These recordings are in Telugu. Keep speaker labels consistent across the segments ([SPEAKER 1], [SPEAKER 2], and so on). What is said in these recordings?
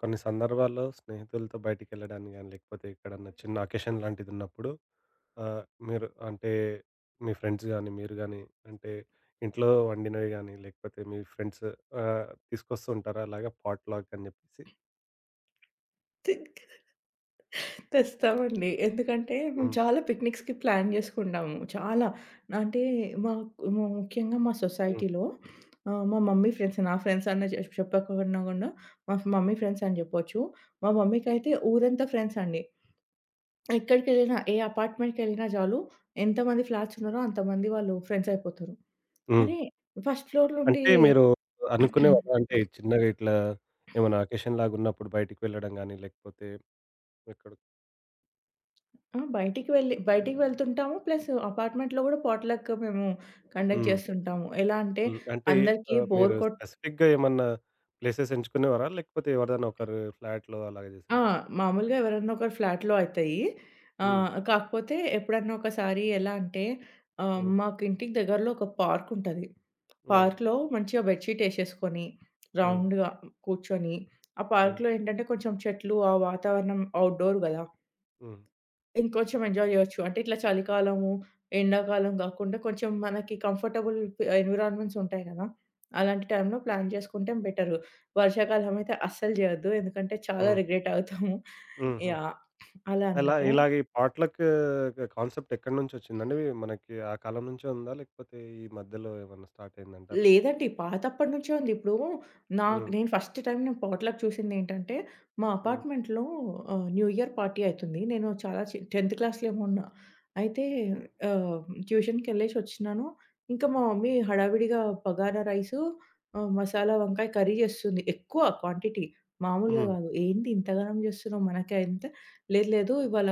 [SPEAKER 1] కొన్ని సందర్భాల్లో స్నేహితులతో బయటికెళ్ళడానికి గానీ, లేకపోతే ఎక్కడన్నా చిన్న అకేషన్ లాంటిదున్నప్పుడు ఆహ్, మీరు అంటే మీ ఫ్రెండ్స్ గానీ, మీరు గానీ అంటే ఇంట్లో వండినవి గానీ, లేకపోతే మీ ఫ్రెండ్స్ తీసుకొస్తూ ఉంటారా అలాగా పాట్‌లాక్ అని జెప్పేసి?
[SPEAKER 2] తింక్ తెస్తామండి. ఎందుకంటే మేము
[SPEAKER 1] హ్మ్.
[SPEAKER 2] చాలా పిక్నిక్స్‌కి ప్లాన్ జేసుకున్నాము. చాలా. అంటే మాకు ముఖ్యంగా మా
[SPEAKER 1] హ్మ్.
[SPEAKER 2] సొసైటీలో మా మమ్మీ ఫ్రెండ్స్, నా ఫ్రెండ్స్ అనే చెప్పకున్నా గూడా మా మమ్మీ ఫ్రెండ్స్ అని జెప్పొచ్చు. మా మమ్మీకైతే ఊరంతా ఫ్రెండ్స్ అండి. ఎక్కడికెళ్ళినా ఏ అపార్ట్‌మెంట్‌కెళ్ళినా చాలు, ఎంతమంది ఫ్లాట్స్ ఉన్నారో అంతమంది వాళ్ళు ఫ్రెండ్స్ అయిపోతారు.
[SPEAKER 1] హ్మ్.
[SPEAKER 2] అరే! ఫస్ట్ ఫ్లోర్ నుండి
[SPEAKER 1] అంటే మీరు అనుకునేవారా? అంటే చిన్నగా ఇట్లా ఏమైనా అకేషన్ లాగున్నప్పుడు బయటికి వెళ్ళడం గానీ, లేకపోతే ఎక్కడ
[SPEAKER 2] ఆ, బయటికి వెళ్ళి బయటికి వెళ్తుంటాము. ప్లస్ అపార్ట్‌మెంట్‌లో గూడా పాట్‌లక్ మేము కండక్ట్
[SPEAKER 1] హ్మ్.
[SPEAKER 2] చేస్తుంటాము. ఎలా అంటే
[SPEAKER 1] హ్మ్. అంటే
[SPEAKER 2] అందరికీ బోర్
[SPEAKER 1] మీరు
[SPEAKER 2] కొట్
[SPEAKER 1] స్పెసిఫిక్‌గా ఏమన్నా ప్లేసెస్ ఎంచుకునేవారా? లేకపోతే ఎవరిదైనా ఒకరు ఫ్లాట్‌లో అలాగ
[SPEAKER 2] ఆ,
[SPEAKER 1] జేసారా?
[SPEAKER 2] మామూలుగా ఎవరన్నా ఒకరి ఫ్లాట్‌లో అయితయి.
[SPEAKER 1] హ్మ్.
[SPEAKER 2] కాకపోతే ఎప్పుడన్నా ఒకసారి ఎలా అంటే,
[SPEAKER 1] హ్మ్.
[SPEAKER 2] మాకు ఇంటికి దగ్గరలో ఒక పార్క్ ఉంటది.
[SPEAKER 1] హ్మ్.
[SPEAKER 2] పార్క్‌లో మంచిగా బెడ్‌షీట్ ఏసేసుకొని,
[SPEAKER 1] హ్మ్.
[SPEAKER 2] రౌండ్‌గా కూర్చొని, ఆ
[SPEAKER 1] హ్మ్.
[SPEAKER 2] పార్క్‌లో ఏంటంటే కొంచెం చెట్లు, ఆ వాతావరణం ఔట్‌డోర్ గదా!
[SPEAKER 1] హ్మ్.
[SPEAKER 2] ఇంకొంచెం ఎంజాయ్ జేయొచ్చు. అంటే ఇట్లా చలికాలము, ఎండాకాలం గాకుండా కొంచెం మనకి కంఫర్టబుల్ ఎన్విరాన్మెంట్స్ ఉంటాయి గదా! అలాంటి టైంలో ప్లాన్ జేసుకుంటే బెటరు. వర్షాకాలం అయితే అస్సలు జేయొద్దు. ఎందుకంటే చాలా
[SPEAKER 1] హ్మ్.
[SPEAKER 2] రిగ్రెట్ అవుతాము.
[SPEAKER 1] హుహు.
[SPEAKER 2] యాహ్! అలా
[SPEAKER 1] అలా
[SPEAKER 2] అన్నమాట.
[SPEAKER 1] ఇలాగ ఈ పాట్‌లక్ కాన్సెప్ట్ ఎక్కడి నుంచొచ్చిందండి? మనకి ఆ కాలం నుంచే ఉందా? లేకపోతే ఈ మధ్యలో ఏమన్నా స్టార్ట్ అయిందంటారా?
[SPEAKER 2] లేదండి. పాతప్పటి నుంచే ఉంది. ఇప్పుడు
[SPEAKER 1] హ్మ్.
[SPEAKER 2] నేను ఫస్ట్ టైమ్ నేను పాట్‌లక్ చూసిందేంటంటే, మా
[SPEAKER 1] హ్మ్.
[SPEAKER 2] అపార్ట్‌మెంట్‌లో న్యూ ఇయర్ పార్టీ అయితుంది. నేను చాలా 10థ్ క్లాస్‌లో ఏమో ఉన్నా. అయితే ఆహ్, ట్యూషన్‌కెళ్ళేసొచ్చినాను. ఇంకా మా మమ్మీ హడావిడిగా బగారా రైసు, మసాలా వంకాయ కర్రీ చేస్తుంది. ఎక్కువ క్వాంటిటీ మామూలుగా
[SPEAKER 1] హ్మ్.
[SPEAKER 2] కాదు. "ఏంది ఇంతగనం చేస్తున్నావు మనకే" అంటే, "లేదు లేదు ఇవాళ"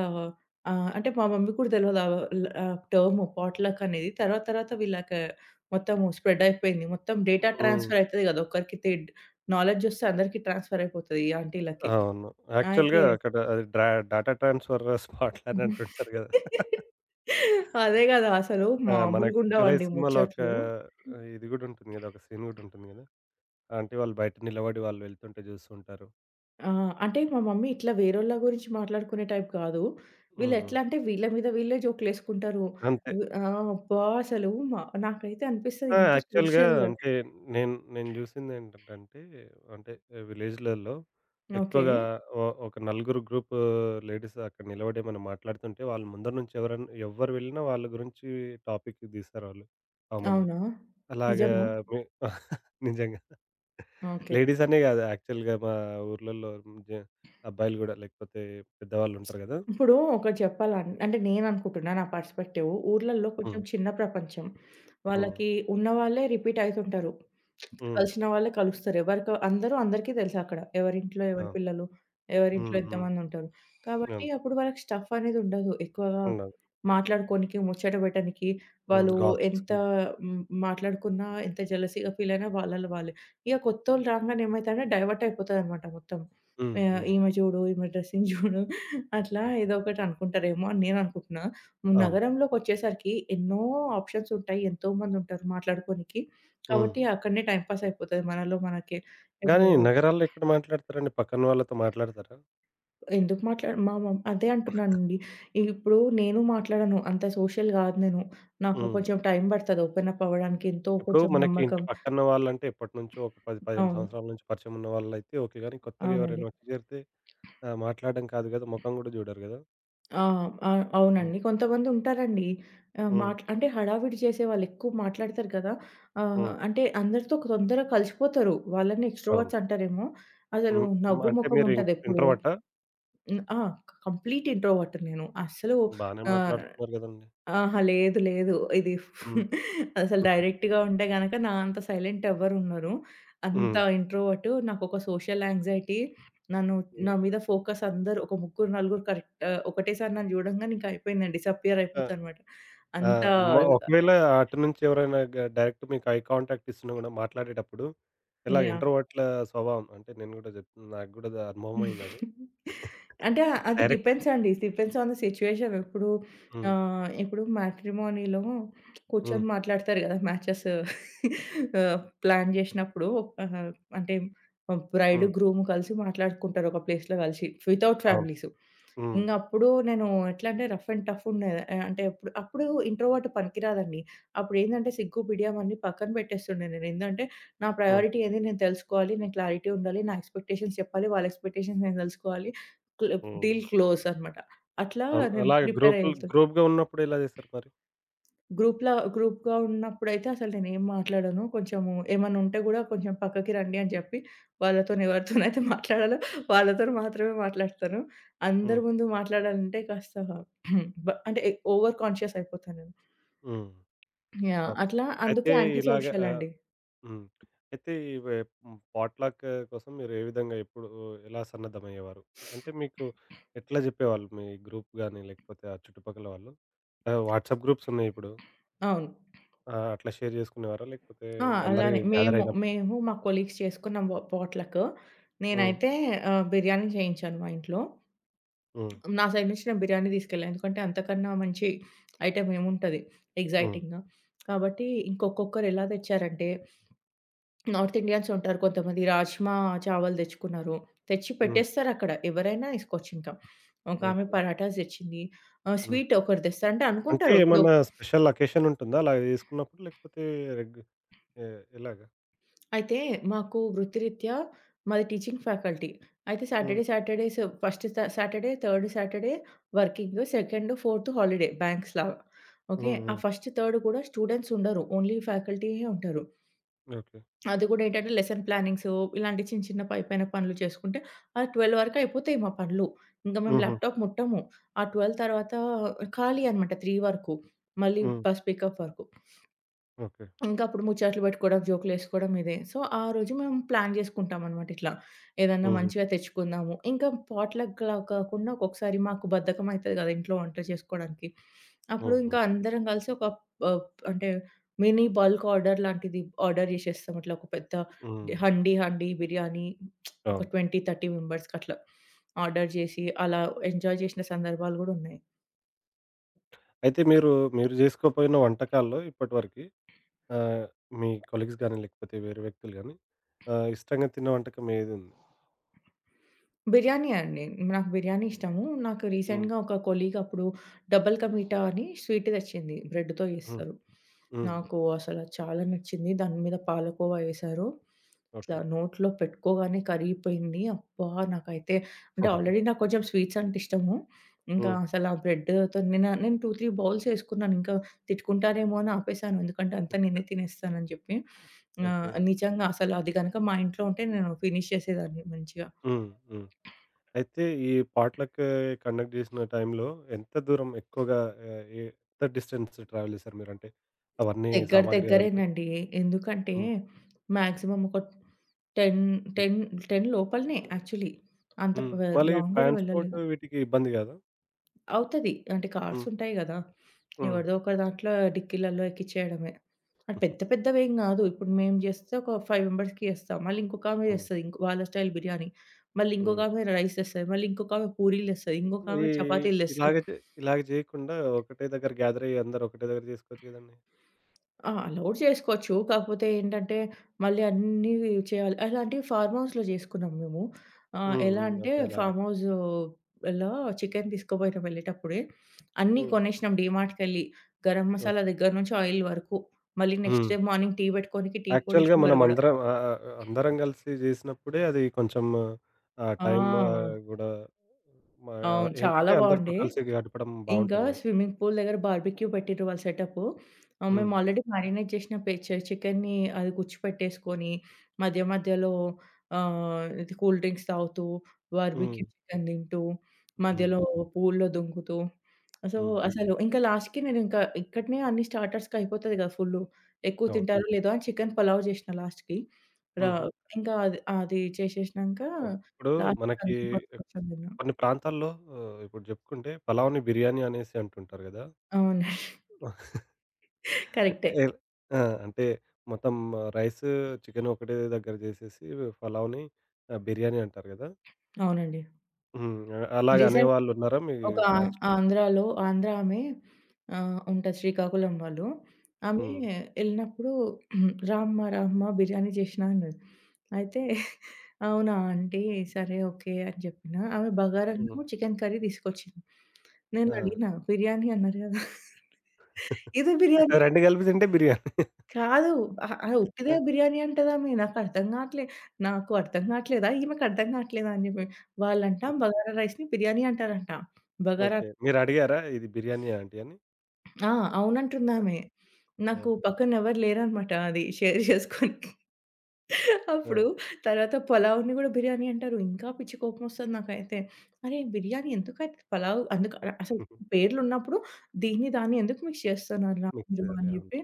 [SPEAKER 2] అంటే మా మమ్మీకి కూడా తెలవదు ఆహ్, ఆహ్, టర్మ్ పాట్‌లక్ అనేది. తర్వాత తర్వాత వీళ్ళకి మొత్తము స్ప్రెడ్ అయిపోయింది. మొత్తం డేటా
[SPEAKER 1] హ్మ్.
[SPEAKER 2] ట్రాన్స్‌ఫర్ అయితది గదా! ఒక్కరికి నాలెడ్జ్ ఒస్తే అందరికి ట్రాన్స్‌ఫర్ అయిపోతది ఈ ఆంటీలకి.
[SPEAKER 1] అవును. యాక్చువల్‌గా
[SPEAKER 2] అయితే
[SPEAKER 1] అక్కడ అది డా డాటా ట్రాన్స్‌ఫర్ స్పాట్‌లని అంటుంటారు గదా!
[SPEAKER 2] అదే గదా! అసలు
[SPEAKER 1] ఆ! మనకి 'జూలై'
[SPEAKER 2] మామూలుగుండవండి
[SPEAKER 1] సినిమాలో ఒక
[SPEAKER 2] ముచ్చట్లు.
[SPEAKER 1] ఇది గూడా ఉంటుంది గదా! ఒక సీన్ గూడా ఉంటుంది గదా! అంటే వాళ్ళు బయట నిలబడి వాళ్ళు వెళ్తుంటే జూస్తుంటారు.
[SPEAKER 2] ఆ! అంటే మా మమ్మీ ఇట్లా వేరోళ్ళ గురించి మాట్లాడుకునే టైప్ కాదు.
[SPEAKER 1] హ్మ్. హ్మ్.
[SPEAKER 2] వీళ్ళెట్లా అంటే వీళ్ళ మీద వీళ్ళే జోకులేసుకుంటారు.
[SPEAKER 1] అంతే.
[SPEAKER 2] ఆ! అబ్బా! అసలు మ నాకైతే అనిపిస్తది
[SPEAKER 1] ఆ!
[SPEAKER 2] ఇంత
[SPEAKER 1] యాక్చువల్‌గా
[SPEAKER 2] సోషల్.
[SPEAKER 1] అంటే నేను నేను జూసిందేంటంటే అంటే విలేజ్‌లలో
[SPEAKER 2] ఓకే.
[SPEAKER 1] ఎక్కువగా ఒక నలుగురు గ్రూప్ లేడీస్ అక్కడ నిలబడి ఏమన్నా మాట్లాడుతుంటే వాళ్ళు ముందర నుంచి ఎవ్వరు వెళ్ళినా వాళ్ళ గురించి టాపిక్ తీస్తారాళ్ళు కామన్‌గా.
[SPEAKER 2] అవునా?
[SPEAKER 1] అలాగా
[SPEAKER 2] నిజమా?
[SPEAKER 1] మీ నిజంగా.
[SPEAKER 2] ఓకే.
[SPEAKER 1] లేడీస్ అనే గాదు యాక్చువల్‌గా మా ఊర్లలో జ అబ్బాయిలు గూడా లేకపోతే పెద్దవాళ్ళుంటారు గదా!
[SPEAKER 2] ఇప్పుడు ఒకటి అంటే నేననుకుంటున్నా నా పర్స్‌పెక్టివ్. ఊర్లల్లో కొంచెం
[SPEAKER 1] హ్మ్.
[SPEAKER 2] చిన్న ప్రపంచం.
[SPEAKER 1] హ్మ్.
[SPEAKER 2] వాళ్ళకి ఉన్నవాళ్ళే రిపీట్ అయితుంటారు.
[SPEAKER 1] హ్మ్.
[SPEAKER 2] కలిసిన వాళ్ళే కలుస్తారు. అందరూ అందరికీ తెలుసు అక్కడ. ఎవరింట్లో ఎవరి
[SPEAKER 1] అవును.
[SPEAKER 2] పిల్లలు, ఎవరింట్లో
[SPEAKER 1] హ్మ్. హ్మ్.
[SPEAKER 2] ఎంతమంది ఉంటారు. కాబట్టి
[SPEAKER 1] అవును.
[SPEAKER 2] అప్పుడు వాళ్ళకి స్టఫ్ అనేది ఉండదు ఎక్కువగా
[SPEAKER 1] ఉండాలి.
[SPEAKER 2] మాట్లాడుకోనికి, ముచ్చట పెట్టనికి.
[SPEAKER 1] హ్మ్.
[SPEAKER 2] వాళ్ళు ఎంత
[SPEAKER 1] గాసిప్స్‌కి.
[SPEAKER 2] మాట్లాడుకున్నా, ఎంత జెలసీగా ఫీల్ అయినా వాళ్ళలో వాళ్ళే. ఇక కొత్తోళ్ళు రాంగానే ఏమైతారంటే డైవర్ట్ అయిపోతదనమాట మొత్తం.
[SPEAKER 1] హ్మ్. హ్మ్.
[SPEAKER 2] ఈమె చూడు, ఈమె డ్రెసింగ్ చూడు, అట్లా
[SPEAKER 1] హ్మ్.
[SPEAKER 2] ఏదో ఒకటి అనుకుంటారేమో అని నేను అనుకుంటున్నా.
[SPEAKER 1] అవును.
[SPEAKER 2] నగరంలోకొచ్చేసరికి ఎన్నో ఆప్షన్స్ ఉంటాయి. ఎంతోమంది ఉంటారు మాట్లాడుకోనికి.
[SPEAKER 1] హ్మ్.
[SPEAKER 2] కాబట్టి అక్కడనే టైమ్ పాస్ అయిపోతది మనలో మనకే.
[SPEAKER 1] గానీ
[SPEAKER 2] ఇప్పుడు
[SPEAKER 1] నగరాల్లో ఎక్కడ మాట్లాడతారండి? పక్కన వాళ్ళతో మాట్లాడతారా?
[SPEAKER 2] ఎందుకు మాట్లాడ మా మమ్ అదే అంటున్నానండి. ఇప్పుడు నేను మాట్లాడను. అంత సోషల్ కాదు నేను. నాకు
[SPEAKER 1] హ్మ్.
[SPEAKER 2] కొంచెం టైమ్ పడతది ఓపెన్ అప్ అవ్వడానికి, ఎంతో
[SPEAKER 1] ఇప్పుడు
[SPEAKER 2] కొంచెం
[SPEAKER 1] మనకి ఇంటి
[SPEAKER 2] నమ్మకం.
[SPEAKER 1] పక్కన వాళ్ళంటే ఎప్పటినుంచో ఒక 10, 15
[SPEAKER 2] అవును.
[SPEAKER 1] సంవత్సరాల నుంచి పరిచయం ఉన్న వాళ్ళైతే ఓకే. గానీ కొత్తగా
[SPEAKER 2] అవునండి.
[SPEAKER 1] ఎవరైనా వచ్చి చేరితే మాట్లాడడం కాదు గదా! మొఖం గూడా జూడరు గదా!
[SPEAKER 2] ఆ! ఆ!
[SPEAKER 1] హ్మ్.
[SPEAKER 2] అవునండి. కొంతమందుంటారండి. ఆహ్,
[SPEAKER 1] హ్మ్.
[SPEAKER 2] అంటే హడావిడి చేసేవాళ్ళు ఎక్కువ మాట్లాడతారు కదా!
[SPEAKER 1] హ్మ్.
[SPEAKER 2] అంటే అందరితో తొందరగా కలిసిపోతారు. వాళ్ళని
[SPEAKER 1] అవును.
[SPEAKER 2] ఎక్స్‌ట్రోవర్ట్స్ అంటారేమో. అసలు
[SPEAKER 1] హ్మ్. హ్మ్.
[SPEAKER 2] నవ్వు
[SPEAKER 1] అంటే
[SPEAKER 2] మొఖం
[SPEAKER 1] మీరు
[SPEAKER 2] ఉంటదెప్పుడు.
[SPEAKER 1] ఇంట్రోవర్టా?
[SPEAKER 2] హ్మ్. ఆ! కంప్లీట్ ఇంట్రోవర్ట్‌ని నేను. అస్సలు.
[SPEAKER 1] బానే
[SPEAKER 2] ఆహ్
[SPEAKER 1] మాట్లాడుతున్నారు గదండీ.
[SPEAKER 2] అహా! లేదు. లేదు. ఇది
[SPEAKER 1] హ్మ్.
[SPEAKER 2] అసలు డైరెక్ట్‌గా ఉంటే గనక నా అంత సైలెంట్ ఎవ్వరుండరు. అంత
[SPEAKER 1] హ్మ్.
[SPEAKER 2] ఇంట్రోవర్ట్. నాకొక సోషల్ యాంగ్జైటీ. నన్ను నా
[SPEAKER 1] హ్మ్.
[SPEAKER 2] మీద ఫోకస్ అందరూ ఒక ముగ్గురు, నలుగురు కరెక్ట్ ఒకటేసారి నన్ను చూడంగానే ఇంక అయిపోయిందండి. డిసపియర్
[SPEAKER 1] ఆ!
[SPEAKER 2] అయిపోతానన్నమాట.
[SPEAKER 1] ఆ!
[SPEAKER 2] అంత.
[SPEAKER 1] మా ఒకవేళ అటు నుంచి ఎవరైనా డైరెక్ట్ మీకు ఐ కాంటాక్ట్ ఇస్తున్నా గూడా మాట్లాడేటప్పుడు, ఇలాగ
[SPEAKER 2] యాహ్!
[SPEAKER 1] ఇంట్రోవర్ట్‌ల స్వభావం అంటే నేను గూడా జెప్ నాకు గూడా అనుభవమయిందది.
[SPEAKER 2] అంటే అది
[SPEAKER 1] డైరెక్ట్
[SPEAKER 2] డిపెండ్స్ అండి. Depends on the situation. ఇప్పుడు
[SPEAKER 1] హ్మ్.
[SPEAKER 2] ఇప్పుడు మ్యాట్రిమోనీలో
[SPEAKER 1] హ్మ్.
[SPEAKER 2] కూర్చొని మాట్లాడతారు గదా! మ్యాచెస్ ప్లాన్ జేసినప్పుడు, ఆహ్, అంటే బ్రైడ్,
[SPEAKER 1] హ్మ్.
[SPEAKER 2] గ్రూమ్ కలిసి మాట్లాడుకుంటారు ఒక ప్లేస్‌లో కలిసి వితౌట్
[SPEAKER 1] అవును.
[SPEAKER 2] ఫ్యామిలీస్.
[SPEAKER 1] హ్మ్.
[SPEAKER 2] ఇంగ అప్పుడు నేను ఎట్లా అంటే రఫ్ అండ్ టఫ్ ఉండేది. అంటే అప్పుడు అప్పుడు ఇంట్రోవర్ట్ పనికిరాదండి. అప్పుడేందంటే సిగ్గు, బిడియం అన్నీ పక్కన పెట్టేస్తుండే నేను. ఏందంటే నా
[SPEAKER 1] హ్మ్.
[SPEAKER 2] ప్రయారిటీ ఏంది నేను తెలుసుకోవాలి. నేను క్లారిటీ ఉండాలి. నా ఎక్స్‌పెక్టేషన్స్ చెప్పాలి. వాళ్ళ ఎక్స్‌పెక్టేషన్స్ నేను తెలుసుకోవాలి. క్ల్
[SPEAKER 1] హ్మ్.
[SPEAKER 2] డీల్ క్లోజ్ అనమాట. అట్లా
[SPEAKER 1] అవును.
[SPEAKER 2] నేను
[SPEAKER 1] అలాగే
[SPEAKER 2] ప్రిపేర్ అయితున్నా.
[SPEAKER 1] గ్రూప్‌గా ఉన్నప్పుడు ఎలా జేస్తారు మరి?
[SPEAKER 2] గ్రూప్‌గా ఉన్నప్పుడైతే అసలు నేనేం మాట్లాడను. కొంచెము ఏమన్నా ఉంటే గూడా కొంచెం పక్కకి రండి అని జెప్పి వాళ్ళతోని ఎవరితోనైతే మాట్లాడాలో వాళ్ళతోని మాత్రమే మాట్లాడతాను.
[SPEAKER 1] హ్మ్.
[SPEAKER 2] అందరి ముందు మాట్లాడాలంటే కాస్త అంటే ఓవర్ కాన్షియస్ అయిపోతాను నేను.
[SPEAKER 1] హ్మ్.
[SPEAKER 2] యాహ్!
[SPEAKER 1] అవును.
[SPEAKER 2] అట్లా
[SPEAKER 1] అయితే
[SPEAKER 2] అందుకే యాంటీ
[SPEAKER 1] ఇలాగ
[SPEAKER 2] సోషల్
[SPEAKER 1] ఆ!
[SPEAKER 2] అండి.
[SPEAKER 1] హ్మ్. అయితే ఇవే హ్మ్. పాట్‌లక్ కోసం మీరు ఏ విధంగా ఎలా సన్నద్ధమయ్యేవారు? అంటే మీకు ఎట్లా జెప్పేవాళ్ళు మీ గ్రూప్ గాని, లేకపోతే ఆ చుట్టుపక్కల వాళ్ళు? వాట్సాప్ గ్రూప్స్ ఉన్నాయి ఇప్పుడు.
[SPEAKER 2] అవును.
[SPEAKER 1] ఆ! అట్లా షేర్ జేసుకునేవారా? లేకపోతే
[SPEAKER 2] ఆ!
[SPEAKER 1] అందరూ
[SPEAKER 2] అలానే.
[SPEAKER 1] గ్యాదర్
[SPEAKER 2] మేము,
[SPEAKER 1] అయినప్పుడు
[SPEAKER 2] మేము మా కొలీగ్స్ చేసుకున్నాం బా పాట్‌లక్.
[SPEAKER 1] హ్మ్.
[SPEAKER 2] నేనైతే బిర్యానీ చేయించాను మా ఇంట్లో.
[SPEAKER 1] హ్మ్.
[SPEAKER 2] నా సైడ్ నుంచి నేను బిర్యానీ తీసుకెళ్ళా. ఎందుకంటే అంతకన్నా మంచి ఐటెమ్ ఏముంటది
[SPEAKER 1] హ్మ్.
[SPEAKER 2] ఎక్సైటింగ్‌గా. కాబట్టి ఇంకొక్కొక్కరు ఎలా తెచ్చారంటే నార్త్ ఇండియన్స్ ఉంటారు కొంతమంది రాజ్మా చావల్ తెచ్చుకున్నారు. తెచ్చి
[SPEAKER 1] హ్మ్.
[SPEAKER 2] పెట్టేస్తారక్కడ. ఎవరైనా తీసుకోవచ్చు ఇంకా. ఒకామె
[SPEAKER 1] ఓకే.
[SPEAKER 2] పరాటాస్ తెచ్చింది.
[SPEAKER 1] హుహు.
[SPEAKER 2] స్వీట్ ఒకరు తెస్తారు. అంటే
[SPEAKER 1] అంటే
[SPEAKER 2] అనుకుంటారు ఇప్పుడు.
[SPEAKER 1] ఏమన్నా స్పెషల్ అకేషన్ ఉంటుందా అలాగ జేసుకున్నప్పుడు? లేకపోతే రెగ్ ఎ ఎలాగా?
[SPEAKER 2] అయితే మాకు వృత్తిరీత్యా మాది టీచింగ్ ఫ్యాకల్టీ. అయితే
[SPEAKER 1] హ్మ్.
[SPEAKER 2] Saturday, Saturdays first Saturday, third Saturday working, second, fourth holiday బ్యాంక్స్‌లాగా.
[SPEAKER 1] హ్మ్.
[SPEAKER 2] ఓకే. ఆ
[SPEAKER 1] హ్మ్.
[SPEAKER 2] ఫస్ట్, థర్డ్ కూడా స్టూడెంట్స్ ఉండరు. ఓన్లీ ఫ్యాకల్టీయే ఉంటారు.
[SPEAKER 1] ఓకే.
[SPEAKER 2] అది కూడా ఏంటంటే లెసన్ ప్లానింగ్స్ ఇలాంటి చిన్న చిన్న పైన పనులు చేసుకుంటే ఆ 12 వరకు అయిపోతాయి మా పనులు. ఇంకా మేము
[SPEAKER 1] హుహు.
[SPEAKER 2] ల్యాప్‌టాప్ ముట్టము. ఆ 12 తర్వాత ఖాళీ అనమాట 3 వరకు, మళ్ళీ
[SPEAKER 1] హ్మ్.
[SPEAKER 2] బస్ పికప్ వరకు.
[SPEAKER 1] ఓకే.
[SPEAKER 2] ఇంకా అప్పుడు ముచ్చట్లు పెట్టుకోవడం, జోకులేసుకోవడం ఇదే. సో, ఆ రోజు మేము ప్లాన్ జేసుకుంటామనమాట ఇట్లా. ఏదన్నా
[SPEAKER 1] హుహు.
[SPEAKER 2] మంచిగా తెచ్చుకుందాము. ఇంకా పాట్‌లక్‌లా కాకుండా ఒక్కొక్కసారి మాకు బద్ధకం అయితది గదా ఇంట్లో వంట చేసుకోవడానికి. అప్పుడు
[SPEAKER 1] హ్మ్. హ్మ్.
[SPEAKER 2] ఇంకా అందరం కలిసి ఒక ఆహ్, అంటే మినీ బల్క్ ఆర్డర్ లాంటిది ఆర్డర్ జేసేస్తాం. ఇట్లా ఒక పెద్ద
[SPEAKER 1] హ్మ్.
[SPEAKER 2] హండీ బిర్యానీ ఒక
[SPEAKER 1] అవును.
[SPEAKER 2] 20, 30 మెంబర్స్‌కి అట్లా ఆర్డర్ జేసి, అలా ఎంజాయ్ జేసిన సందర్భాలు గూడా ఉన్నాయి.
[SPEAKER 1] అయితే మీరు జేసుకోపోయిన వంటకాల్లో ఇప్పటివరకి ఆహ్, మీ కొలీగ్స్ గానీ, లేకపోతే వేరే వ్యక్తులు గానీ ఇష్టంగా తిన్న వంటకం ఏదుంది?
[SPEAKER 2] బిర్యానీ అండి. నాకు బిర్యానీ ఇష్టము. నాకు
[SPEAKER 1] హ్మ్.
[SPEAKER 2] రీసెంట్‌గా ఒక కొలీగ్ అప్పుడు డబల్ కా మీఠా అని స్వీట్ తెచ్చింది. బ్రెడ్‌తో
[SPEAKER 1] హ్మ్.
[SPEAKER 2] చేస్తారు.
[SPEAKER 1] హ్మ్.
[SPEAKER 2] నాకు అసలు అది చాలా నచ్చింది. దాని మీద పాలకోవా ఏశారు. ఇట్లా
[SPEAKER 1] ఓకే.
[SPEAKER 2] నోట్లో పెట్టుకోగానే కరిగిపోయింది. అబ్బా! నాకైతే, అంటే ఆల్రెడీ నాకు కొంచెం స్వీట్స్ అంటే ఇష్టము. ఇంకా
[SPEAKER 1] హ్మ్.
[SPEAKER 2] అసలు ఆ బ్రెడ్‌తో నేను నేను 2, 3 బౌల్స్ ఏసుకున్నాను. ఇంకా తిట్టుకుంటారేమో అని ఆపేసాను. ఎందుకంటే అంతా నేనే తినేస్తానని చెప్పి. ఆహ్,
[SPEAKER 1] ఓకే.
[SPEAKER 2] నిజంగా అసలు అది గనక మా ఇంట్లో ఉంటే నేను ఫినిష్ చేసేదాన్ని మంచిగా.
[SPEAKER 1] హ్మ్. హ్మ్. అయితే ఈ పాట్‌లక్ కండక్ట్ జేసిన టైంలో ఎంత దూరం ఎక్కువగా ఆహ్, ఎ ఎంత డిస్టెన్స్ ట్రావెల్ జేశారు మీరంటే? అవన్నీ
[SPEAKER 2] దగ్గర
[SPEAKER 1] సామాగ్రి అదంతా
[SPEAKER 2] దగ్గరేనండి. ఎందుకంటే
[SPEAKER 1] హ్మ్.
[SPEAKER 2] మాక్సిమం ఒక 10,
[SPEAKER 1] హ్మ్.
[SPEAKER 2] 10, 10 లోపలనే యాక్చువల్లీ. అంత ప
[SPEAKER 1] హ్మ్. మళ్ళీ
[SPEAKER 2] లాంగ్ గూడా
[SPEAKER 1] ట్రాన్స్‌పోర్ట్
[SPEAKER 2] వెళ్ళలేదు.
[SPEAKER 1] వీటికి ఇబ్బంది గాదా?
[SPEAKER 2] అవుతది. అంటే కార్స్
[SPEAKER 1] హ్మ్.
[SPEAKER 2] ఉంటాయి గదా!
[SPEAKER 1] హ్మ్.
[SPEAKER 2] ఎవరిదో ఒకరి దాంట్లో డిక్కీలలో ఎక్కిచ్చేయడమే. అది
[SPEAKER 1] హ్మ్.
[SPEAKER 2] పెద్దవేం గాదు. ఇప్పుడు మేము జేస్తే ఒక 5 మెంబర్స్‌కి జేస్తాం. మళ్ళీ ఇంకొకామె
[SPEAKER 1] హ్మ్.
[SPEAKER 2] జేస్తది. ఇంకో వాళ్ళ స్టైల్ బిర్యానీ. మళ్ళీ ఇంకొకామె రైస్ తెస్తది. మళ్ళీ ఇంకొకామె పూరీలు తెస్తది.
[SPEAKER 1] ఈ
[SPEAKER 2] ఇంకొకామె చపాతీలు
[SPEAKER 1] ఇలాగ
[SPEAKER 2] తెస్తది.
[SPEAKER 1] చే ఇలాగ చేయకుండా ఒకటే దగ్గర గ్యాదర్ అయ్యి అందరూ ఒకటే దగ్గర చేసుకోవచ్చు కదండీ.
[SPEAKER 2] ఆ! అలౌడ్ చేసుకోవచ్చు. కాకపోతే ఏంటంటే, మళ్ళీ అన్నీ చేయాలి. అలాంటివి ఫార్మ్ హౌస్‌లో చేసుకున్నాం మేము.
[SPEAKER 1] హ్మ్.
[SPEAKER 2] ఎలా
[SPEAKER 1] హ్మ్.
[SPEAKER 2] అంటే
[SPEAKER 1] అదే అలాగే.
[SPEAKER 2] ఫార్మ్ హౌస్‌లో చికెన్ తీసుకుపోయినాం వెళ్ళేటప్పుడే. అన్నీ
[SPEAKER 1] హ్మ్.
[SPEAKER 2] కొనేసినాం డీమార్ట్‌కెళ్ళి. గరం మసాలా
[SPEAKER 1] ఓకే.
[SPEAKER 2] దగ్గర నుంచి ఆయిల్ వరకు. మళ్ళీ నెక్స్ట్
[SPEAKER 1] హ్మ్.
[SPEAKER 2] డే మార్నింగ్ టీ పెట్టుకోనికి టీ పొడి,
[SPEAKER 1] యాక్చువల్‌గా మనం
[SPEAKER 2] షుగర్ గూడా.
[SPEAKER 1] అందరం ఆహ్, ఆహ్, అందరం కలిసి చేసినప్పుడే అది కొంచెం టైమ్
[SPEAKER 2] ఆ!
[SPEAKER 1] గూడా మా
[SPEAKER 2] అవును.
[SPEAKER 1] ఏంటంటే
[SPEAKER 2] చాలా
[SPEAKER 1] అందరితో
[SPEAKER 2] బాగుండే.
[SPEAKER 1] కలిసి గడపడం
[SPEAKER 2] ఇంకా
[SPEAKER 1] బావుంటది గదా!
[SPEAKER 2] స్విమ్మింగ్ పూల్ దగ్గర బార్బిక్యూ పెట్టిర్రు వాళ్ళు సెటప్పు.
[SPEAKER 1] హ్మ్.
[SPEAKER 2] మేము ఆల్రెడీ మ్యారినేట్ చేసిన పె చె చికెన్‌ని అది గుచ్చి పెట్టేసుకొని, మధ్య మధ్యలో ఆహ్, ఇది కూల్ డ్రింక్స్ తాగుతూ,
[SPEAKER 1] హ్మ్.
[SPEAKER 2] బార్బిక్యూ చికెన్ తింటూ,
[SPEAKER 1] హ్మ్.
[SPEAKER 2] మధ్యలో పూల్‌లో దుంకుతూ, సో,
[SPEAKER 1] హ్మ్.
[SPEAKER 2] అసలు ఇంకా లాస్ట్‌కి నేనింకా ఇక్కడనే అన్ని స్టార్టర్స్‌కి అయిపోతది కదా! ఫుల్లు. ఎక్కువ
[SPEAKER 1] అవును.
[SPEAKER 2] తింటారో లేదో అని చికెన్ పలావ్ చేసిన లాస్ట్‌కి. రా
[SPEAKER 1] హుహు.
[SPEAKER 2] ఇంకా అది అది చేసేసినంక
[SPEAKER 1] అవును. ఇప్పుడు
[SPEAKER 2] లాస్ట్‌కి
[SPEAKER 1] మనకి
[SPEAKER 2] అందరం కొంచెం కొంచెం తిన్నాం.
[SPEAKER 1] కొన్ని ప్రాంతాల్లో ఇప్పుడు చెప్పుకుంటే పలావ్‌ని బిర్యానీ అనేసి అంటుంటారు గదా!
[SPEAKER 2] అవును. కరెక్టే.
[SPEAKER 1] ఎల్ ఆ! అంటే మొత్తం రైసు, చికెను ఒకటే దగ్గర జేసేసి పలావ్‌ని బిర్యానీ అంటారు గదా!
[SPEAKER 2] అవునండి.
[SPEAKER 1] హ్మ్. అలాగ
[SPEAKER 2] రీసెంట్
[SPEAKER 1] అనేవాళ్ళున్నారా మీ
[SPEAKER 2] ఒక ఆ
[SPEAKER 1] బ్యాచ్‌లో?
[SPEAKER 2] ఆంధ్రాలో ఆమె ఆహ్, ఉంటది శ్రీకాకుళం వాళ్ళు. ఆమె
[SPEAKER 1] హ్మ్.
[SPEAKER 2] ఎళ్ళినప్పుడు "రామ్మా, రామ్మా బిర్యానీ చేషినా" అన్నది. అయితే "అవునా ఆంటీ సరే ఓకే" అని జెప్పిన. ఆమె బగారా
[SPEAKER 1] హ్మ్.
[SPEAKER 2] అన్నము, చికెన్ కర్రీ తీసుకొచ్చింది. నేను
[SPEAKER 1] ఆ!
[SPEAKER 2] అడిగినా "బిర్యానీ అన్నారు గదా!" "ఇదే బిర్యానీ"
[SPEAKER 1] 2 కలిపి తింటే బిర్యానీ.
[SPEAKER 2] కాదు. అహా! ఆహ్, ఉట్టిదే
[SPEAKER 1] ఆ!
[SPEAKER 2] బిర్యానీ అంటదామె. నాకర్థం గాట్లే. నాకు అర్థం గాట్లేదా? ఈమెకు అర్థం గాట్లేదా? అని జెప్పి. వాళ్ళంట
[SPEAKER 1] హ్మ్.
[SPEAKER 2] బగారా రైస్‌ని బిర్యానీ అంటారంట. బగారా
[SPEAKER 1] ఓకే. మీరడిగారా ఇది బిర్యానీయా ఆంటీ అని?
[SPEAKER 2] ఆ! అవునంటుందామె.
[SPEAKER 1] ఆ!
[SPEAKER 2] నాకు పక్కన ఎవరు లేరనమాట అది షేర్ చేసుకోనికి.
[SPEAKER 1] ఆ!
[SPEAKER 2] అప్పుడు తర్వాత పలావ్‌ని గూడా బిర్యానీ అంటారు. ఇంకా పిచ్చి కోపమొస్తది నాకైతే. అరే! బిర్యానీ ఎందుకైతే పలావ్ అందుకు అసలు పేర్లున్నప్పుడు దీన్ని, దాన్ని ఎందుకు మిక్స్ చేస్తున్నారురా
[SPEAKER 1] మిక్స్
[SPEAKER 2] మీరు
[SPEAKER 1] చేయాలి.
[SPEAKER 2] అని
[SPEAKER 1] అవును.
[SPEAKER 2] జెప్పి.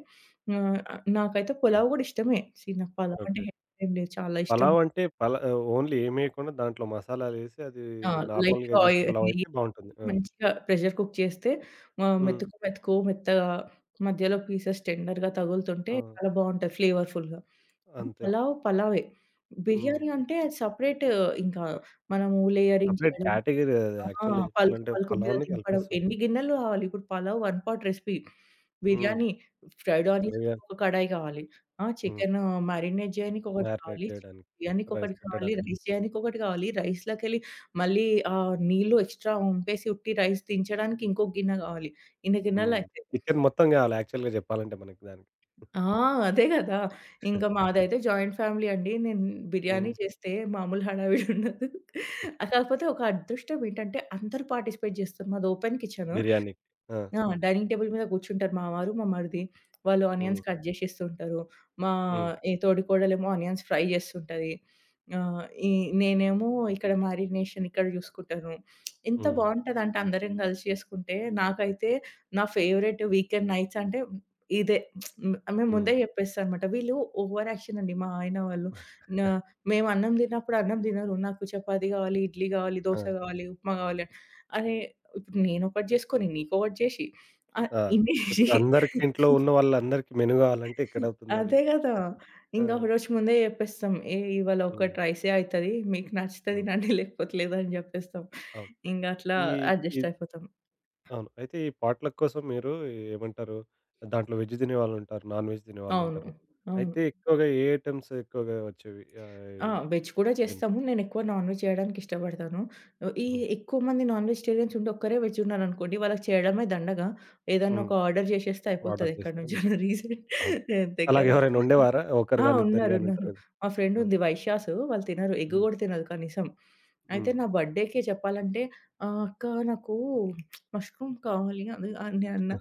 [SPEAKER 2] ఆహ్, నాకైతే
[SPEAKER 1] హ్మ్.
[SPEAKER 2] పులావ్ గూడా ఇష్టమే. ఛీ, నాకు పలావ్ అంటే
[SPEAKER 1] ఓకే.
[SPEAKER 2] హెయిట్ ఏం లేదు, చాలా ఇష్టం.
[SPEAKER 1] పలావ్ అంటే ఓన్లీ ఏమేయకుండా దాంట్లో మసాలాలేసి అది
[SPEAKER 2] ఆ!
[SPEAKER 1] నార్మల్‌గా
[SPEAKER 2] లైట్‌గా
[SPEAKER 1] జేసే పలావ్ అయితే
[SPEAKER 2] నెయ్యి
[SPEAKER 1] బావుంటుంది.
[SPEAKER 2] వేసి
[SPEAKER 1] ఆ!
[SPEAKER 2] మంచిగా ప్రెషర్ కుక్ చేస్తే మా
[SPEAKER 1] హ్మ్.
[SPEAKER 2] మెతుకు, మెతుకు మెత్తగా మధ్యలో పీసెస్ టెండర్‌గా తగులుతుంటే
[SPEAKER 1] ఆ!
[SPEAKER 2] చాలా బావుంటది ఫ్లేవర్‌ఫుల్‌గా. ఇది
[SPEAKER 1] అంతే.
[SPEAKER 2] పలావ్ పలావే.
[SPEAKER 1] హ్మ్.
[SPEAKER 2] బిర్యానీ అంటే అది సెపరేట్. ఇంకా మనము లేయరింగ్
[SPEAKER 1] సెపరేట్
[SPEAKER 2] చేయడం,
[SPEAKER 1] కేటగరీ అది
[SPEAKER 2] ఆ!
[SPEAKER 1] యాక్చువల్‌గా
[SPEAKER 2] పలుకు
[SPEAKER 1] చెప్పాలంటే
[SPEAKER 2] పలుకు మీద
[SPEAKER 1] పలావ్‌ని
[SPEAKER 2] దింపడం, ఎన్ని
[SPEAKER 1] కలిపేస్తుంటారు.
[SPEAKER 2] గిన్నెలు కావాలి. ఇప్పుడు పలావ్ వన్ పాట్ రెసిపీ.
[SPEAKER 1] హ్మ్.
[SPEAKER 2] బిర్యానీ ఫ్రైడ్ ఆనియన్స్
[SPEAKER 1] బిర్యానీ
[SPEAKER 2] ఒక కడాయి కావాలి. ఆ!
[SPEAKER 1] హ్మ్.
[SPEAKER 2] చికెను మ్యారినేట్ చేయనీకి ఒకటి
[SPEAKER 1] మ్యారినేట్
[SPEAKER 2] కావాలి. చికెన్
[SPEAKER 1] చేయడానికి,
[SPEAKER 2] బిర్యానీకి
[SPEAKER 1] రైస్
[SPEAKER 2] ఒకటి కావాలి.
[SPEAKER 1] పెట్టడానికి.
[SPEAKER 2] రైస్ చేయనీకి ఒకటి కావాలి. రైస్‌లోకెళ్ళి మళ్ళీ నీళ్ళు ఎక్స్‌ట్రా ఒంపేసి ఉట్టి రైస్ దించడానికి ఇంకో గిన్నె గావాలి. ఇన్ని
[SPEAKER 1] హ్మ్.
[SPEAKER 2] గిన్నెలయితయి.
[SPEAKER 1] కిచెన్ మొత్తం కావాలి యాక్చువల్‌గా చెప్పాలంటే మనకి దానికి.
[SPEAKER 2] ఆ! అదే గదా! ఇంక మాదైతే జాయింట్ ఫ్యామిలీ అండి. నేను బిర్యానీ
[SPEAKER 1] హ్మ్.
[SPEAKER 2] చేస్తే మామూలు హడావిడి ఉండదు. కాకపోతే ఒక అదృష్టం ఏంటంటే అందరూ పార్టిసిపేట్ జేస్తారు. మాది ఓపెన్ కిచెను.
[SPEAKER 1] బిర్యానీకి. ఆ!
[SPEAKER 2] ఆ! డైనింగ్ టేబుల్ మీద కూర్చుంటారు మా వారు, మా మరిది. వాళ్ళు ఆనియన్స్
[SPEAKER 1] హ్మ్.
[SPEAKER 2] కట్ జేసిస్తుంటారు. మా
[SPEAKER 1] హ్మ్.
[SPEAKER 2] ఈ తోడికోడలేమో ఆనియన్స్ ఫ్రై జేస్తుంటది. ఆహ్, ఈ నేనేమో మ్యారినేషన్ ఇక్కడ జూసుకుంటాను. ఎంత
[SPEAKER 1] హ్మ్.
[SPEAKER 2] బావుంటదంటే అందరం గలిసి చేసుకుంటే. నాకైతే నా ఫేవరెట్ వీకెండ్ నైట్స్ అంటే ఇదే. మేము
[SPEAKER 1] హ్మ్.
[SPEAKER 2] ముందే జెప్పేస్తా అనమాట. వీళ్ళు ఓవర్ యాక్షన్ అండి మా ఆయన వాళ్ళు. నా మేము అన్నం తిన్నప్పుడు అన్నం తినరు. నాకు చపాతీ గావాలి, ఇడ్లీ గావాలి,
[SPEAKER 1] ఆ!
[SPEAKER 2] దోస గావాలి, ఉప్మా గావాలి అని. అరే! ఇప్పుడు నేనొకటి జేసుకొని, నీకొకటి జేషి,
[SPEAKER 1] ఆ!
[SPEAKER 2] ఇన్ని
[SPEAKER 1] ఇప్పుడు
[SPEAKER 2] జేషి,
[SPEAKER 1] అందరికి ఇంట్లో ఉన్న వాళ్ళందరికీ మెనూ కావాలంటే ఎక్కడవుతుందది?
[SPEAKER 2] అదే గదా!
[SPEAKER 1] ఆ!
[SPEAKER 2] ఇంకా ఒక రోజు ముందే జెప్పేస్తాం. ఏ ఇవాళ
[SPEAKER 1] హ్మ్.
[SPEAKER 2] ఒకటి రైసే అయితది. మీకు నచ్చితే
[SPEAKER 1] హ్మ్.
[SPEAKER 2] తినండి లేకపోతే లేదని జెప్పేస్తాం.
[SPEAKER 1] అవును.
[SPEAKER 2] ఇంగ అట్లా
[SPEAKER 1] ఈ ఇ
[SPEAKER 2] అడ్జస్ట్ అయిపోతాం.
[SPEAKER 1] అవును. అయితే ఈ పాట్‌లక్ కోసం మీరు ఏమంటారు? దాంట్లో వెజ్ తినేవాళ్ళుంటారు. నాన్ వెజ్
[SPEAKER 2] అవును.
[SPEAKER 1] తినేవాళ్ళుంటారు.
[SPEAKER 2] అవును.
[SPEAKER 1] అయితే ఎక్కువగా ఏ ఐటెమ్స్ ఎక్కువగా వచ్చేవి? ఆహ్, ఈ
[SPEAKER 2] ఆ! వెజ్ కూడా
[SPEAKER 1] దీనికి?
[SPEAKER 2] చేస్తాము. నేనెక్కువ నాన్ వెజ్ చేయడానికి ఇష్టపడతాను. ఈ
[SPEAKER 1] హ్మ్.
[SPEAKER 2] ఎక్కువ మంది నాన్ వెజిటేరియన్స్ ఉండి ఒక్కరే వెజ్ ఉన్నారనుకోండి, వాళ్ళకి చేయడమే దండగ. ఏదన్నా
[SPEAKER 1] హ్మ్.
[SPEAKER 2] ఒక ఆర్డర్ చేసేస్తే
[SPEAKER 1] ఆర్డర్
[SPEAKER 2] అయిపోతది ఎక్కడి
[SPEAKER 1] చేశారు మీరు.
[SPEAKER 2] నుంచైనా రీసెంట్.
[SPEAKER 1] అవును.
[SPEAKER 2] అంతే
[SPEAKER 1] అలాగే
[SPEAKER 2] కదా!
[SPEAKER 1] ఎవరైనా ఉండేవారా? ఒకరు
[SPEAKER 2] ఆ!
[SPEAKER 1] గాని, ఇద్దరు
[SPEAKER 2] ఉన్నారు.
[SPEAKER 1] గాని ఉంటారు
[SPEAKER 2] ఉన్నారు.
[SPEAKER 1] కదా!
[SPEAKER 2] మా ఫ్రెండ్
[SPEAKER 1] ఆ!
[SPEAKER 2] ఉంది వైశ్యాసు. వాళ్ళు తినరు. ఎగ్
[SPEAKER 1] హ్మ్.
[SPEAKER 2] కూడా తినదు కనీసం. అయితే
[SPEAKER 1] హ్మ్.
[SPEAKER 2] నా బర్త్‌డేకి చెప్పాలంటే "అక్క నాకు మష్రూమ్ కావాలి" అది అని అన్నా.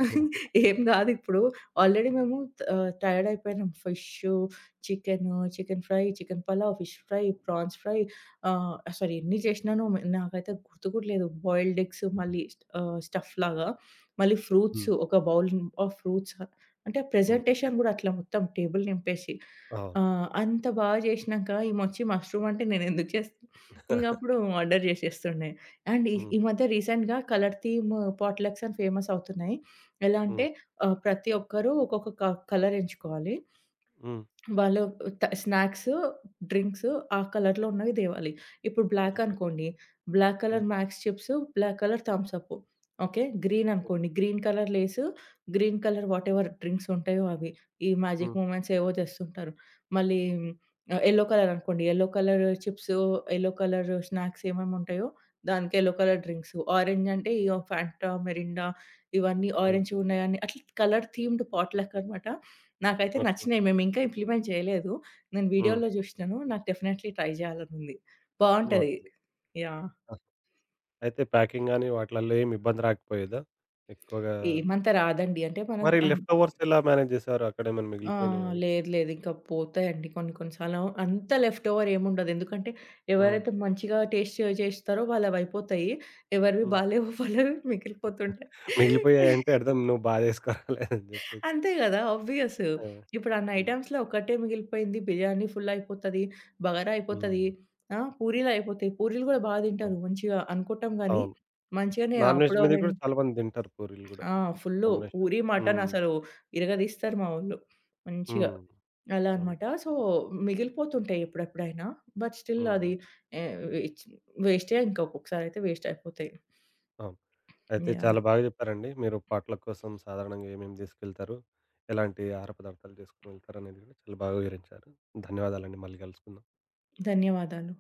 [SPEAKER 2] "ఏం కాదు ఇప్పుడు ఆల్రెడీ మేము టైర్డ్ అయిపోయినాం fish chicken, chicken fry, chicken pulao, fish fry, prawns fry, అసలు ఎన్ని చేసినానో నాకైతే గుర్తు కూడా లేదు. బాయిల్డ్ ఎగ్స్ మళ్ళీ స్టఫ్ లాగా, మళ్ళీ ఫ్రూట్స్
[SPEAKER 1] హ్మ్.
[SPEAKER 2] ఒక బౌల్ ఆఫ్ ఫ్రూట్స్, అంటే
[SPEAKER 1] హ్మ్.
[SPEAKER 2] ప్రెజెంటేషన్ గూడా అట్లా మొత్తం టేబుల్ నింపేసి.
[SPEAKER 1] అవును.
[SPEAKER 2] ఆహ్, అంత బాగా చేసినాక ఈమొచ్చి మష్రూమ్ అంటే నేనెందుకు చేస్తా? ఇంగ అప్పుడు ఆర్డర్ చేసేస్తుండే. అండ్ ఈ
[SPEAKER 1] హ్మ్.
[SPEAKER 2] ఈ మధ్య రీసెంట్‌గా కలర్ థీమ్ పాట్‌లక్స్ అని ఫేమస్ అవుతున్నాయి. ఎలా అంటే
[SPEAKER 1] హ్మ్.
[SPEAKER 2] ప్రతి ఒక్కరు ఒక్కొక్క కలర్ ఎంచుకోవాలి.
[SPEAKER 1] హ్మ్.
[SPEAKER 2] వాళ్ళు స్నాక్స్, డ్రింక్స్ ఆ కలర్‌లో ఉన్నవి తేవాలి. ఇప్పుడు బ్లాక్
[SPEAKER 1] ఓకే.
[SPEAKER 2] అనుకోండి, black
[SPEAKER 1] okay.
[SPEAKER 2] Colour Max chips, black colour Thums Up. Okay. Green అనుకోండి, green colour Lays, green colour whatever drinks ఉంటాయో అవి. ఈ మ్యాజిక్
[SPEAKER 1] హ్మ్.
[SPEAKER 2] మొమెంట్స్ ఏవో తెస్తుంటారు. మళ్ళీ యెల్లో కలర్ అనుకోండి, yellow colour chips, yellow colour snacks ఏమేమి ఉంటాయో దానికి యెల్లో కలర్ డ్రింక్స్. ఆరెంజ్ అంటే ఇగ ఫాంటా, మిరిండా ఇవన్నీ
[SPEAKER 1] హ్మ్.
[SPEAKER 2] ఆరెంజ్‌గున్నాయని అట్లా కలర్ థీమ్డ్ పాట్‌లక్ అనమాట. నాకైతే
[SPEAKER 1] ఓకే.
[SPEAKER 2] నచ్చినాయి. మేమింకా ఇంప్లిమెంట్ చేయలేదు. నేను
[SPEAKER 1] హ్మ్.
[SPEAKER 2] వీడియోలో జూషినాను. నాకు డెఫినైట్‌లీ ట్రై జేయాలనుంది. బావుంటది.
[SPEAKER 1] ఓకే.
[SPEAKER 2] యాహ్!
[SPEAKER 1] ఆ! అయితే ప్యాకింగ్ గాని వాటిలల్లో ఏమి ఇబ్బంది రాకపోయేదా? ఎక్కువగా
[SPEAKER 2] ఏమంత రాదండి. అంటే మనం
[SPEAKER 1] మరి
[SPEAKER 2] అన్
[SPEAKER 1] లెఫ్ట్ ఓవర్స్ ఎలా మేనేజ్ చేశారు? అక్కడేమైనా
[SPEAKER 2] ఆ!
[SPEAKER 1] మిగిలిపోయినాయా అవి?
[SPEAKER 2] లేదు. లేదు. ఇంకా పోతాయండి కొన్ని కొన్ని సార్లు. అంత లెఫ్ట్ ఓవర్ ఏముండదు. ఎందుకంటే
[SPEAKER 1] హ్మ్.
[SPEAKER 2] ఎవరైతే మంచిగా టేస్ట్ చేస్తారో వాళ్ళవయిపోతాయి. ఎవరివి
[SPEAKER 1] హ్మ్.
[SPEAKER 2] బాలేవో వాళ్ళవి మిగిలిపోతుంటాయి.
[SPEAKER 1] మిగిలిపోయాయంటే అర్థం నువ్వు బా జేసుకురాలేదని జెప్పేసి.
[SPEAKER 2] అంతే గదా! ఆబ్వియస్.
[SPEAKER 1] ఆ!
[SPEAKER 2] ఇప్పుడు అన్ని
[SPEAKER 1] హ్మ్.
[SPEAKER 2] ఐటెమ్స్‌లో ఒకటే మిగిలిపోయింది. బిర్యానీ ఫుల్ అయిపోతది. బగారా
[SPEAKER 1] హ్మ్.
[SPEAKER 2] అయిపోతది. ఆ! పూరీలు అయిపోతాయి. పూరీలు గూడా బా
[SPEAKER 1] అవును.
[SPEAKER 2] తింటారు మంచిగా అనుకుంటాం గానీ,
[SPEAKER 1] అవును.
[SPEAKER 2] మంచిగానే
[SPEAKER 1] నాన్ వెజ్
[SPEAKER 2] అప్పుడో
[SPEAKER 1] మీద గూడా చాలా మంది తింటారు పూరీలు గూడా.
[SPEAKER 2] ఆ! Full
[SPEAKER 1] combination.
[SPEAKER 2] పూరి, మటన్
[SPEAKER 1] హ్మ్.
[SPEAKER 2] అసలు ఇరగదీస్తారు మా వోళ్ళు మంచిగా.
[SPEAKER 1] హ్మ్.
[SPEAKER 2] అలా
[SPEAKER 1] అవును.
[SPEAKER 2] అన్నమాట. సో, మిగిలిపోతుంటాయి ఎప్పుడెప్పుడైనా. బట్ స్టిల్
[SPEAKER 1] హ్మ్.
[SPEAKER 2] అది
[SPEAKER 1] హ్మ్.
[SPEAKER 2] ఆహ్, వేస్ట్ వేస్టే, ఇంకా ఒక్కొక్కసారి అయితే వేస్ట్ అయిపోతాయి.
[SPEAKER 1] అవును. అయితే
[SPEAKER 2] యాహ్!
[SPEAKER 1] చాలా బాగా జెప్పారండి. మీరు పాటల కోసం సాధారణంగా ఏమేమి తీసుకెళ్తారు? ఎలాంటి ఆహార పదార్థాలు జేసుకొని వెళ్తారనేది గూడా చాలా బాగా వివరించారు. ధన్యవాదాలండి. మళ్ళీ గలుసుకుందాం.
[SPEAKER 2] ధన్యవాదాలు.